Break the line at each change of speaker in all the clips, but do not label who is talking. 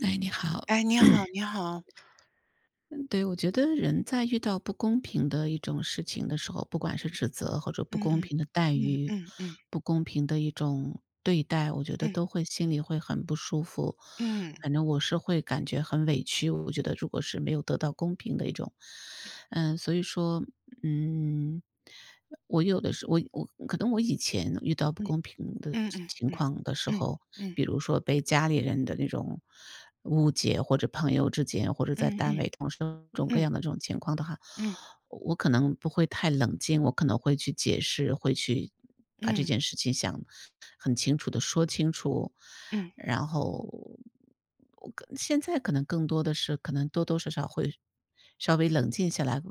哎，你好。
哎，你好，你 好，
对，我觉得人在遇到不公平的一种事情的时候，不管是指责或者不
嗯
公
嗯
平的待
嗯
遇，
嗯嗯
不公平的一种对待，我觉得
嗯
都会心里会很不舒服。
嗯
反正我是会感觉很委屈，我觉得如果是没有得到公平的一种，所以说，嗯，我有的时我我可能我以前遇到不公平的
嗯
情情
嗯
况的时
嗯
候，
嗯
比如说被家里人的那种误解，或者朋友之间，或者在
嗯嗯
单
嗯
位同事各种各
嗯
样的这种情况的话，
嗯
我可能不会太冷静，我可能会去解释，会去把这
嗯
件事情想很清楚的说清楚。
嗯
然后，我现在可能更多的是可能多多少少会稍微冷静下来，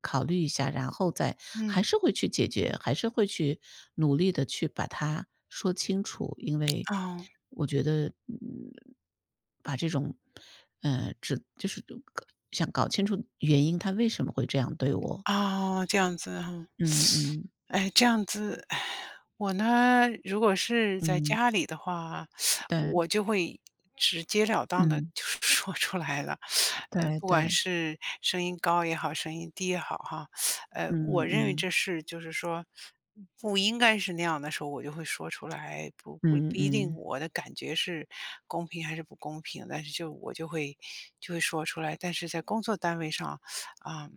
考虑一下，然后再
嗯，
还是会去解决，还是会去努力的去把它说清楚。因为
哦
我觉得，把这种，只就是想搞清楚原因，他为什么会这样对我。
哦，这样子哈。
嗯嗯
哎，这样子，唉我呢，如果是在
嗯，
家里的话，
对，
我就会直截了当的
嗯，
就 说出来了。
对
不管
对，
是声音高也好，声音低也好，哈，
嗯
我认为
嗯
这是就是说不应该是那样的时候，我就会说出来，不
嗯
不一定
嗯，
我的感觉是公平还是不公平，但是就我就会说出来。但是在工作单位上，啊、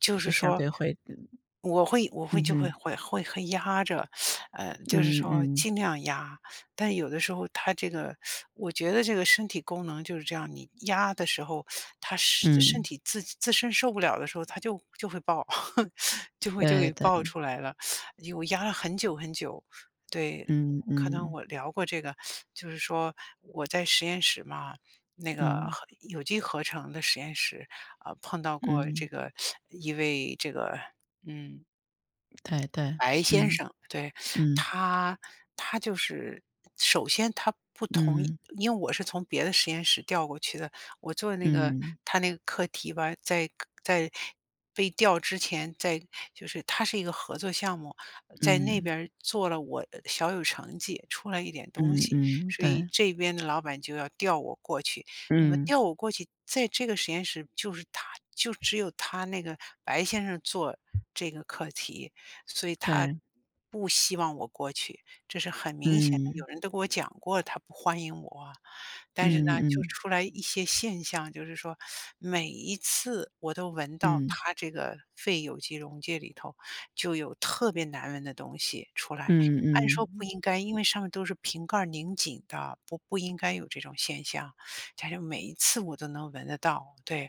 就
嗯，就
是
相
说，
对会
我会
嗯
就会
哼，
会会会压着，就是
嗯
说
嗯
尽量压。但有的时候他这个，我觉得这个身体功能就是这样，你压的时候，他是身
嗯，
体自身受不了的时候，他就会爆，就会就
对
给
对，
爆出来了，我压了很久很久，对。
嗯
可能
嗯
我聊过这个，就是说我在实验室嘛，那个
嗯
有机合成的实验室。啊、碰到过这
嗯，
个一位嗯
对对，
白先
嗯
生，对，
嗯
他他就是首先他不同意，
嗯
因为我是从别的实验室调过去的。我做的
嗯
他那个课题吧，在在被调之前，就是他是一个合作项目，在那
嗯
边儿做了我小有成绩，出了一点东
嗯
西，
嗯，
所以
对，
这边的老板就要调我过去。那么
嗯
调我过去，在这个实验室就是他，就只有他那个白先生做这个课题，所以他
对，
不希望我过去，这是很明显的。有
嗯
人都跟我讲过，他不欢迎我啊。但是呢，
嗯
就
嗯
出来一些现象，就是说每一次我都闻到
嗯
他这个肺有机溶液里头就有特别难闻的东西出来。
嗯
按说
嗯。
不
嗯
应该，因为上面都是瓶盖儿拧紧的，不应该有这种现象。但是每一次我都能闻得到，对。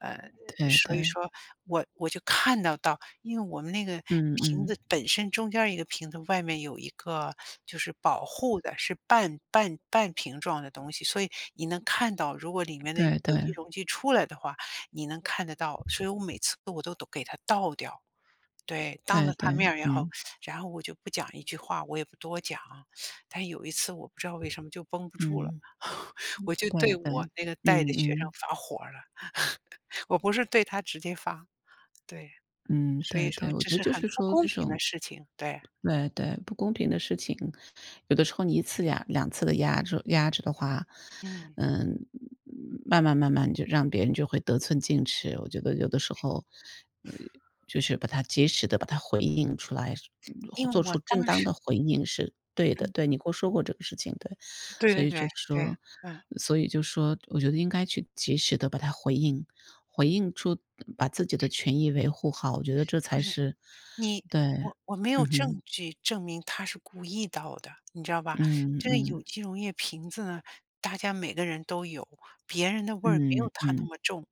呃，
对
所以
对，
说我就看到，因为我们那个
嗯
瓶
嗯，
子本身中间儿一个瓶子，外面有一个就是保护的，是半瓶状的东西，所以你能看到，如果里面的
对
有机
对，
溶剂出来的话，你能看得到。所以我每次都给它倒掉，对，当
对
着他
对，
面儿也好，
嗯
然后我就不讲一句话，我也不多讲。但有一次我不知道为什么就绷不住了，
嗯，
我就对
对
我
对，
那个带的
嗯
学生
嗯。
发火了，我不是对他直接发，对。
嗯，
所以
对对，
说
我
这
觉得
是
就
很
是
不
说
公
这
平的
种
事情，对。
对对，不公平的事情，有的时候你一次压两次的压制压制的话，
嗯，
嗯，慢慢慢慢就让别人就会得寸进尺。我觉得有的时候，呃，就是把它及时的把它回应出来，
因为
做
我
出正
当
当
时
的回应是对的。对你跟我说过这个事情，对，
对
所
对
以
对，
就
对，
说，
嗯。
我觉得应该去及时的把它回应。回应出把自己的权益维护好，我觉得这
不
才
是，
是
你
对，
我没有
嗯哼，
证据证明他是故意倒的，你知道吧？
嗯
这个有
嗯
机溶液瓶子呢，大家每个人都有，别人的味儿没有
嗯
他那
嗯，
么重。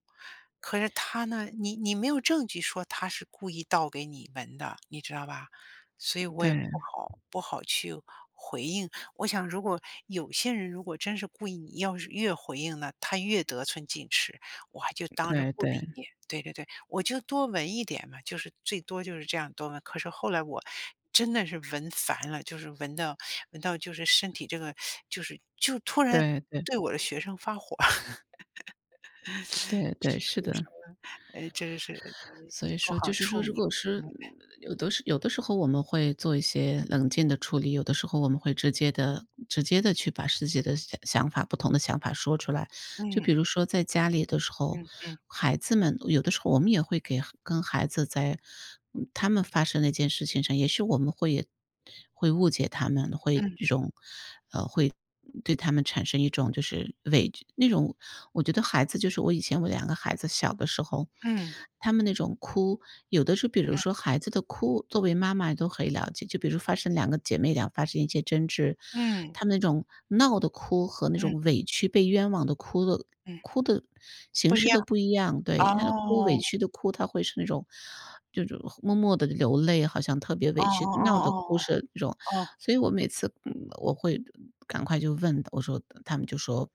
可是他呢，你没有证据说他是故意倒给你闻的，你知道吧？所以我也
对
不好去回应。我想，如果有些人如果真是故意，你要是越回应呢，他越得寸进尺，我还就当着
对
不理。
对
对对对，我就多闻一点嘛，就是最多就是这样多闻。可是后来我真的是闻烦了，就是闻到就是身体这个就是就突然
对对
对我的学生发火，
对对，是
所以
的。
说呢。这是
所以
不
说
好
就是
处
说，如
理。
果
嗯
是有的是有的时候我们会做一些冷静的处理，有的时候我们会直接的去把自己的想想法不同的想法说出来。就比
嗯
如说在家里的时候，
嗯
孩子们有的时候我们也会跟孩子在他们发生那件事情上，也许我们也会误解他们，会
嗯
这种呃会对他们产生一种就是委屈那种。我觉得孩子就是我以前我两个孩子小的时候，
嗯
他们那种哭，有的是比如
嗯
说孩子的哭，作为妈妈都可以了解，就比如两个姐妹俩发生一些争执，
嗯
她们那种闹的哭和那
嗯
种委屈被冤枉的哭的
嗯，
哭的形
不一
式都
样。
不一样。
哦
对，她的哭委
哦
屈的哭，她会是那种就是默默地流泪，好像特别
哦
委屈；闹着
哦
哭是那种，
哦哦，
所以我每次，我会赶快就问，我说他们就说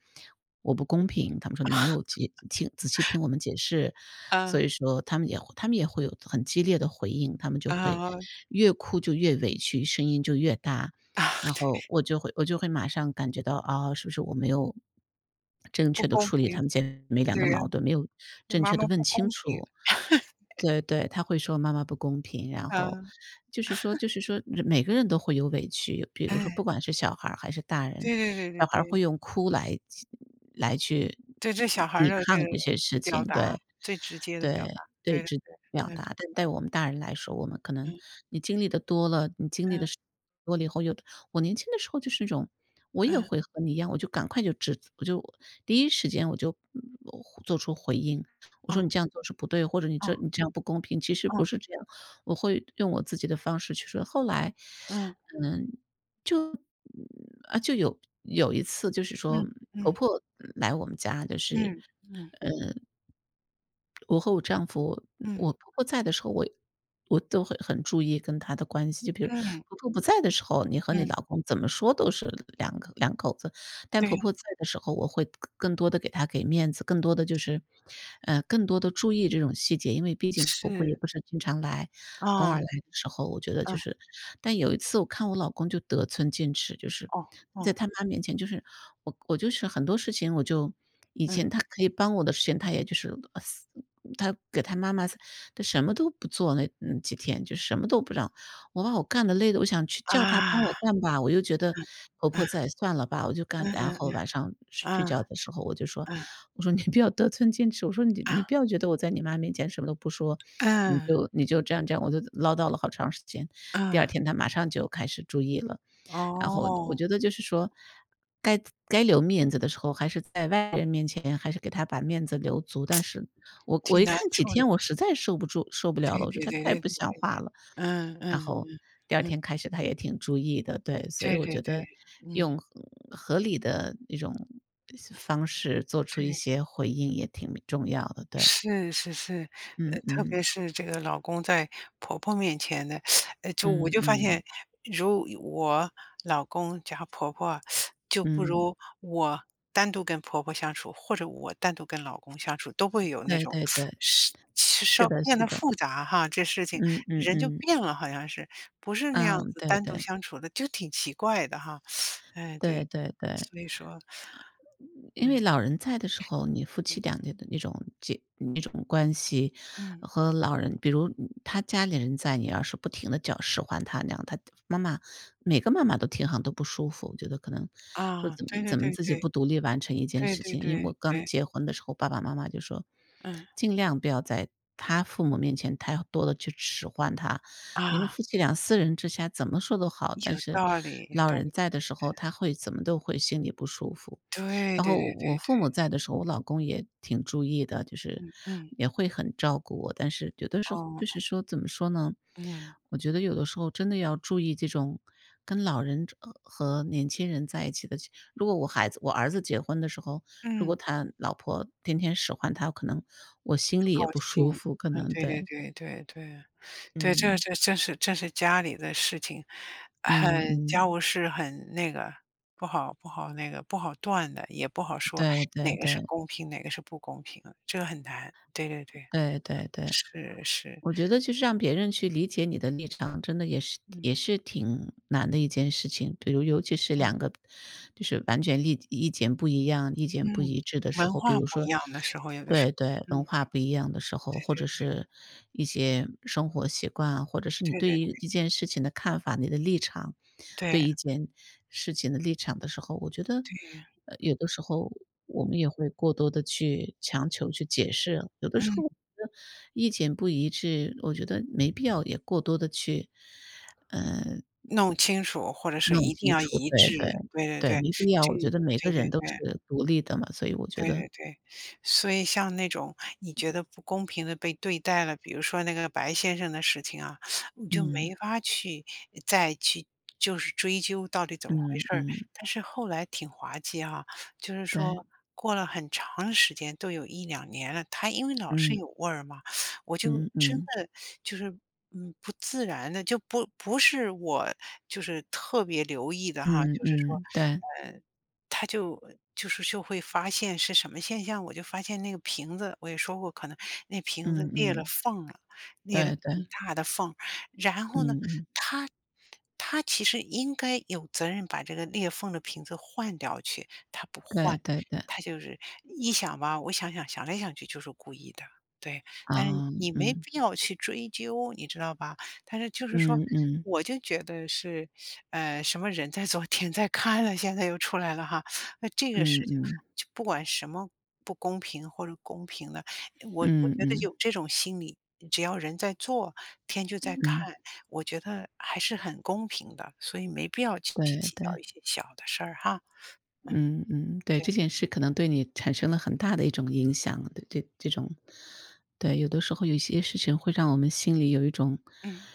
我不公平，他们说你没有仔细听我们解释，所
嗯
以说他们也会有很激烈的回应，他们就会
啊
越哭就越委屈，声音就越大，
啊，
然后我就会马上感觉到啊，是不是我没有正
不
确的
公
处理
平，
他们姐妹俩的
对呀，
矛盾，没有
对
正
妈
确
妈
的问
不
清
公平。
楚。对对，他会说妈妈不公平，然后
嗯，
就是说每个人都会有委屈，比如说不
哎。
管是小孩儿还是大人，
对对
小
对对
孩儿会
对，
用哭来
对这小孩儿
抵
的
抗
这个
这些事
表
情，
达，
对。
最直接的表达，
对，对
对的。
表
嗯
达，但对我们大人来说，我们可能
嗯
你经历的多了，你经历
嗯
的事多了以后，我年轻的时候就是那种，我也
嗯，
会和你一样，我就赶快就指我就第一时间我就，做出回应，我
哦
说：“你这样做是不对，或者你
哦
这样不公平。”其实不
哦，
是这样，我会用我自己的方式去说。后来，
嗯
嗯，就有一次就是说，
嗯
婆
嗯
婆来我们家就是，
嗯嗯
呃我和我丈夫嗯
嗯
我婆婆在的时候，我都会很注意跟她的关系。就比如
嗯嗯，
婆婆不在的时候，你和你
嗯
老公怎么说都是两个两口子，但
对，
婆婆在的时候，我会更多的给她面子，更多的就是，更多的注意这种细节。因为毕竟婆婆也
是，
不是经常来，偶尔
嗯
来的时候，我觉得就
嗯
是，但有一次我看我老公就得寸进尺，就是
哦
在
哦
他妈面前，就是我就是很多事情我就以
嗯
前他可以帮我的事情，他也就是，他给他妈妈他什么都不做，那几天就什么都不让。我把我干的累的，我想去叫他帮
啊，
我干吧，我又觉得
嗯
婆婆
嗯
在，算了吧，我就干。
嗯
然
嗯
后
嗯
晚上睡
啊
觉的时候我就说，
嗯
我说：“你不要得寸进尺，我说你不
啊
要觉得我在你妈面前什么都不说，你
嗯
就这样这样。”我就唠叨了好长时间。第二
嗯，
天他马上就开始注意了。然后我
哦，
觉得就是说，该该留面子的时候，还是在外人面前还是给他把面子留足，但是我
挺
一
难
看几
处理，
天我实在受不了
对
了，我觉
对
得他
对
太
对对
不像
对，
话了。
嗯
然
嗯
后
嗯
第二
嗯，
天开始他也挺注意的，对，所以
对
我
对
觉
对，
得
嗯
用合理的一种方式做出一
对。
些回应也挺重要的，对。
是是是，
嗯
特别
嗯，
是这个老公在婆婆面前的，就我
嗯
就发
嗯，
现，如我老公加婆婆啊，就不
嗯，
如我单独跟婆婆相处，或者我单独跟老公相处，都会有那
对
种
对对，
是
是
稍
的
变
是
得
的，
复杂哈。这事情
嗯嗯
人就
嗯，
变了，好像是不是那样
嗯，
子
对
单独
对，
相处的，就挺奇怪的哈。哎，对，
对对对。
所以说，
因为
嗯
老人在的时候，你夫妻
嗯
俩的那种关系
嗯，
和老人，比如他家里人在，你要是不停的叫使唤他那样，他妈妈每个妈妈都听好像都不舒服，我觉得可能说
啊，
怎么
对对
怎么
对
自
对
己不独立完成一件
对
事
对
情。因为我
对
刚
对。
结婚的时候，爸爸妈妈就说，
嗯，
尽量不要在他父母面前太多的去使唤他，你们
啊，
夫妻俩私人之下怎么说都好，
有
但是
道理有
老
道
人
理，
在的时候，
嗯
他会怎么都会心里不舒服。
对
然
对
后
对
我
对对，
父母在的时候，我老公也挺注意的，就是
嗯，
也会很照顾我。但是有的时候
哦，
就是说，怎么说呢？
嗯，
我觉得有的时候真的要注意这种跟老人和年轻人在一起的。如果我儿子结婚的时候，如果
嗯，
他老婆天天使唤他，可能我心
不
里也
高
不舒
兴，
服，可
嗯，
能
对对
对，
对对对，对，这这
嗯
这是这是家里的事情，
嗯
很
嗯，
家务事很那个，不好断的，也不好说
对对
哪个是
对
公平，哪个是不公平的这个很难，对对对，
对对对。
是是，
我觉得就是让别人去理解你的立场，真的也
嗯
是挺难的一件事情。比如尤其是
嗯
两个就是完全意见不一样、意
嗯，
见不一致的时
文
候，比
化
如
不一
说
样的时候，有的时
对
候，
对，文
嗯，
化不一样的时候，
对
或者
对
是一些生活习惯啊，或者是你
对
对
对
于
对
一件事情的看法、你的立场，对
对
一件事情的立场的时候，我觉得，
对。
有的时候我们也会过多的去强求去解释，有的时
嗯，
候得意见不一致，我觉得没必要也过多的去，呃，
弄清楚，或者是
弄
一定
清
要
楚，
一
对
致，
对，
对对
对，
对，
没必要。
这
我觉得每
对
个
对
人都
对。
是独立的嘛，所以我觉
对
得
对对，所以像那种你觉得不公平的被对待了，比如说那个白先生的事情啊，你就没
嗯，
法去再去就是追究到底怎么回
嗯
事儿。
嗯，
但是后来挺滑稽哈，就是
对，
说过了很长时间，都有一两年了，他因为老是
嗯，
有味儿嘛，我就
嗯
真
嗯，
的就是，嗯，不自然的，就不是我就是特别留意的哈，
嗯
就是说，
嗯，对，
嗯。他就就是就会发现是什么现象，我就发现那个瓶子，我也说过，可能那瓶子
嗯
裂了
嗯，
缝了，裂了
对
很
对，
大的缝。然后呢，
嗯嗯，
他他其实应该有责任把这个裂缝的瓶子换掉去，他不换，
对对对，
他就是一想吧，我想来想去就是故意的，对。但是
啊，
你没
嗯，
必要去追究，你知道吧？但是就是说，
嗯嗯，
我就觉得是，什么人在做，天在看了，现在又出来了哈。那这个
嗯
事情
嗯，
就不管什么不公平或者公平的，我
嗯
觉得
嗯，
有这种心理，只要人在做，天就在
嗯，
看，我觉得还是很公平的，所以没必要去
对
计较
对。
一些小的事儿哈。嗯，
嗯嗯，对，
对，
这件事可能对你产生了很大的一种影响，对这种，对，有的时候有一些事情会让我们心里有一种，
嗯。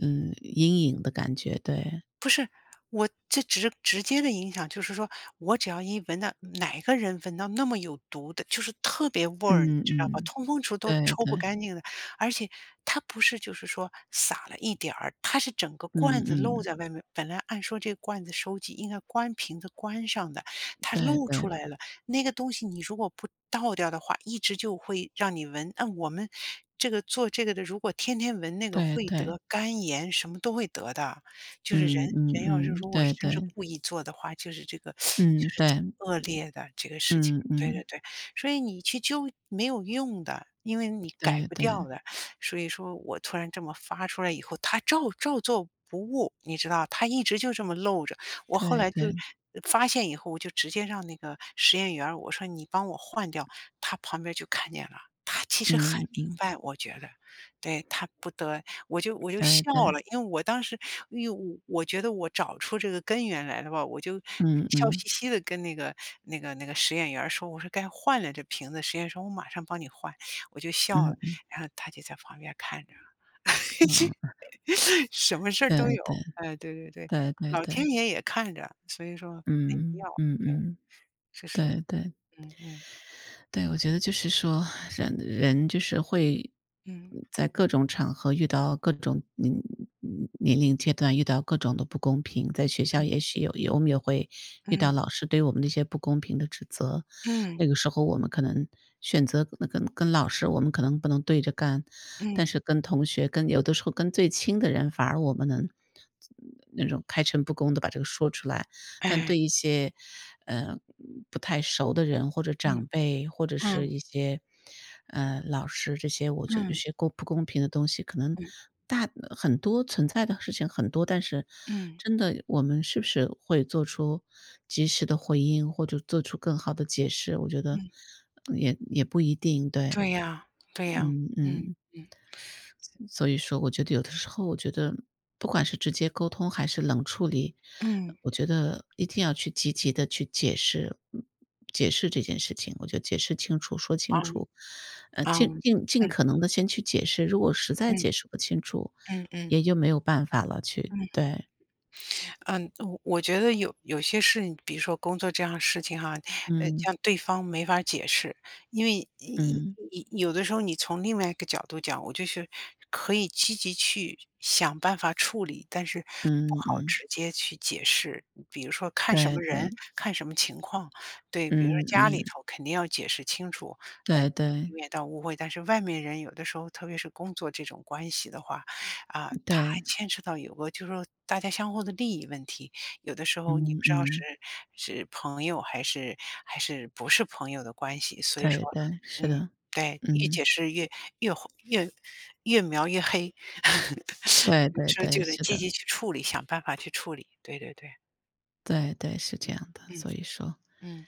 嗯，阴影的感觉，对，
不是，我这直接的影响就是说，我只要一闻到哪个人闻到那么有毒的，就是特别味儿，你
嗯
知道吧？
嗯，
通风处都
对
抽不
对，
干净的。而且它不是就是说撒了一点儿，它是整个
嗯
罐子漏
嗯，
在外面。本来按说这个罐子收集应该关瓶子关上的，它
对
漏出
对
来了。那个东西你如果不倒掉的话，一直就会让你闻。那我们这个做这个的，如果天天闻那个，
对
会
对，
得肝炎，什么都会得的。就是人
嗯嗯
人要是
嗯，
如果
对
真
对，
是故意做的话，就是这个就
嗯
是挺
对，
恶劣的这个事情。
嗯
对对
嗯，
对，所以你去纠没有用的，因为你改
对
不
对
掉的。所以说我突然这么发出来以后，他照做不误，你知道，他一直就这么露着。我后
对
来就
对，
发现以后，我就直接让那个实验员儿，我说你帮我换掉，他旁边就看见了。他其实很
嗯
明
嗯，
白，我觉得，对他不得。我就
对
笑
对，
了，因为我当时因为我觉得我找出这个根源来了吧，我就
嗯
笑
嗯
嘻嘻的跟那个那个实验员儿说，我说："该换了这瓶子。"实验说："我马上帮你换。"我就笑了，
嗯
然后他就在旁边看着，
嗯，哦，
什么事儿
对
都有。
对
哎，对对对，
对对
老天
对，
爷也看着，所以说没必要，
嗯嗯
对，
嗯，
就是
对对。
嗯嗯
对，我觉得就是说，人人就是会
嗯
在各种场合遇到各种年龄阶段遇到各种的不公平，在学校也许我们也会遇到
嗯
老师对我们的一些不公平的指责，那
嗯
个时候我们可能选择跟老师我们可能不能对着干，但
嗯，
是跟同学跟有的时候跟最亲的人，反而我们能那种开诚布公地把这个说出来。但
哎，
对一些，呃，不太熟的人或者
嗯
长辈，或者是
嗯
一些，老师这些，我觉得有
嗯
些公不公平的东西，可能
嗯
很多存在的事情很多，但是
嗯
真的我们是不是会做出及时的回应，或者做出更好的解释，我觉得
嗯。
也不一定，对，
对呀，对呀，
嗯
嗯
嗯。
嗯，
所以说我觉得有的时候，我觉得不管是直接沟通还是冷处理，
嗯，
我觉得一定要去积极的去解释这件事情，我觉得解释清楚、说清
嗯，
楚，尽
嗯，
尽尽可能的先去解释，如果实在
嗯，
解释不清楚，
嗯嗯
也就没有办法了
嗯。
对，
嗯，我觉得有些事，比如说工作这样的事情哈，
嗯，
像对方没法解释，因为
嗯，
有的时候你从另外一个角度讲，我就是可以积极去想办法处理，但是不
嗯
好
嗯，
直接去解释。比如说看什
对
么
对，
人，看什么情况，对，比如说
嗯
家里
嗯，
头肯定要解释清楚，呃，
对
以
对，
免到误会。但是外面人有的时候，特别是工作这种关系的话，啊，它还
对，
牵扯到有个就是说大家相互的利益问题，有的时候你不
嗯
知道是
嗯，
是朋友还是不是朋友的关系，所以说，
对对，是
嗯，
的，
对，越
嗯，
解释越越越描越黑，
对
有
对
时候
对，
就得
是
积
的。
极去处理，想办法去处理。对对对，
对对，是这样的，
嗯嗯
所以说
嗯。